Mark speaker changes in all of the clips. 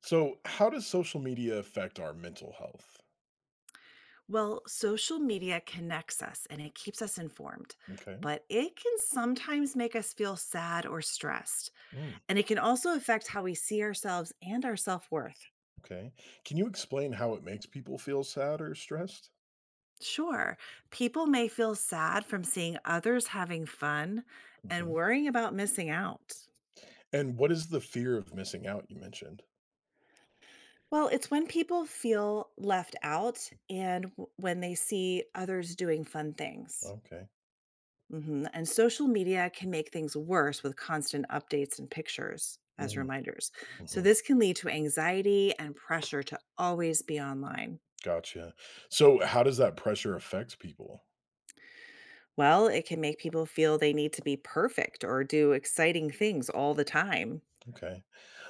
Speaker 1: So, how does social media affect our mental health?
Speaker 2: Well, social media connects us and it keeps us informed,
Speaker 1: Okay.
Speaker 2: but it can sometimes make us feel sad or stressed.
Speaker 1: Mm,
Speaker 2: And it can also affect how we see ourselves and our self worth.
Speaker 1: okay. Can you explain how it makes people feel sad or stressed?
Speaker 2: Sure, people may feel sad from seeing others having fun and
Speaker 1: Mhm.
Speaker 2: worrying about missing out.
Speaker 1: And what is the fear of missing out you mentioned?
Speaker 2: Well, it's when people feel left out and when they see others doing fun things.
Speaker 1: Okay.
Speaker 2: Mhm. And social media can make things worse with constant updates and pictures as
Speaker 1: Mm,
Speaker 2: reminders. So
Speaker 1: mhm.
Speaker 2: this can lead to anxiety and pressure to always be online.
Speaker 1: Gotcha. So, how does that pressure affect people?
Speaker 2: Well, it can make people feel they need to be perfect or do exciting things all the time.
Speaker 1: Okay.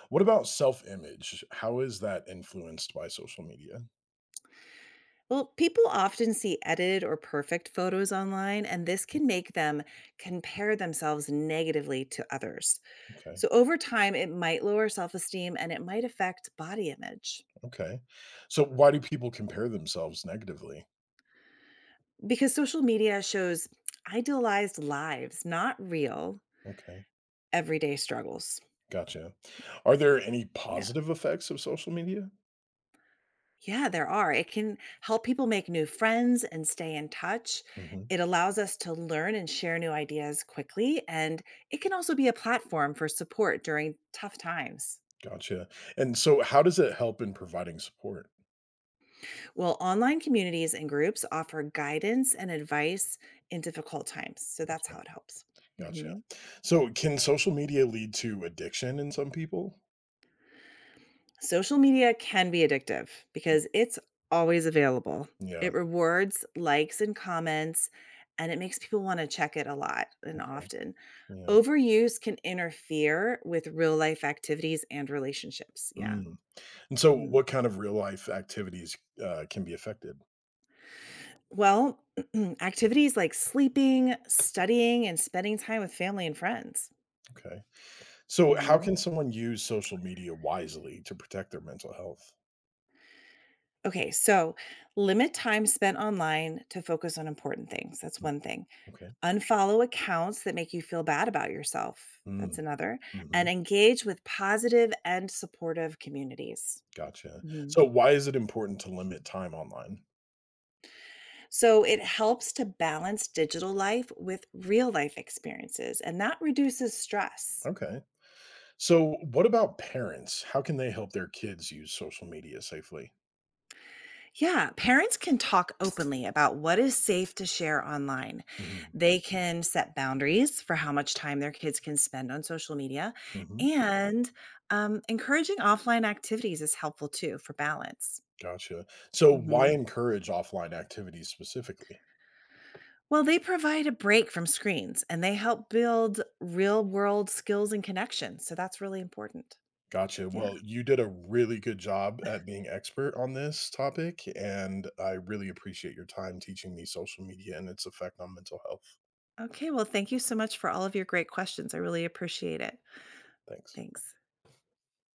Speaker 1: What about self image? How is that influenced by social media?
Speaker 2: Well, people often see edited or perfect photos online, and this can make them compare themselves negatively to others.
Speaker 1: Okay.
Speaker 2: So, over time, it might lower self esteem and it might affect body image.
Speaker 1: Okay. So, why do people compare themselves negatively?
Speaker 2: Because social media shows idealized lives, not real
Speaker 1: Okay.
Speaker 2: everyday struggles.
Speaker 1: Gotcha. Are there any
Speaker 2: Yeah.
Speaker 1: positive effects of social media?
Speaker 2: Yeah, there are. It can help people make new friends and stay in touch.
Speaker 1: Mm-hmm.
Speaker 2: It allows us to learn and share new ideas quickly. And it can also be a platform for support during tough times.
Speaker 1: Gotcha. And so how does it help in providing support?
Speaker 2: Well, online communities and groups offer guidance and advice in difficult times. So that's how
Speaker 1: Okay,
Speaker 2: it helps.
Speaker 1: gotcha.
Speaker 2: Mhm.
Speaker 1: So, can social media lead to addiction in some people?
Speaker 2: Social media can be addictive because it's always available.
Speaker 1: Yeah.
Speaker 2: It rewards likes and comments, and it makes people want to check it a lot and
Speaker 1: Okay.
Speaker 2: often.
Speaker 1: Yeah.
Speaker 2: Overuse can interfere with real life activities and relationships. Yeah.
Speaker 1: Mm. And so
Speaker 2: Mhm.
Speaker 1: what kind of real life activities can be affected?
Speaker 2: Well, activities like sleeping, studying, and spending time with family and friends.
Speaker 1: Okay. So, how
Speaker 2: Mhm.
Speaker 1: can someone use social media wisely to protect their mental health?
Speaker 2: Okay, so limit time spent online to focus on important things. That's
Speaker 1: Mm,
Speaker 2: one thing.
Speaker 1: okay.
Speaker 2: Unfollow accounts that make you feel bad about yourself. That's
Speaker 1: Mm,
Speaker 2: another. And
Speaker 1: hmm.
Speaker 2: engage with positive and supportive communities.
Speaker 1: Gotcha.
Speaker 2: Mhm.
Speaker 1: So, why is it important to limit time online?
Speaker 2: So it helps to balance digital life with real life experiences, and that reduces stress.
Speaker 1: Okay. So what about parents? How can they help their kids use social media safely?
Speaker 2: Yeah, parents can talk openly about what is safe to share online.
Speaker 1: Mm-hmm.
Speaker 2: They can set boundaries for how much time their kids can spend on social media,
Speaker 1: Mhm.
Speaker 2: and encouraging offline activities is helpful too for balance.
Speaker 1: Gotcha. So, why
Speaker 2: Mm-hmm.
Speaker 1: encourage offline activities specifically?
Speaker 2: Well, they provide a break from screens and they help build real world skills and connections. So that's really important.
Speaker 1: Gotcha.
Speaker 2: Yeah.
Speaker 1: Well, you did a really good job at being expert on this topic, and I really appreciate your time teaching me social media and its effect on mental health.
Speaker 2: Okay. Well, thank you so much for all of your great questions. I really appreciate it.
Speaker 1: Thanks.
Speaker 2: Thanks.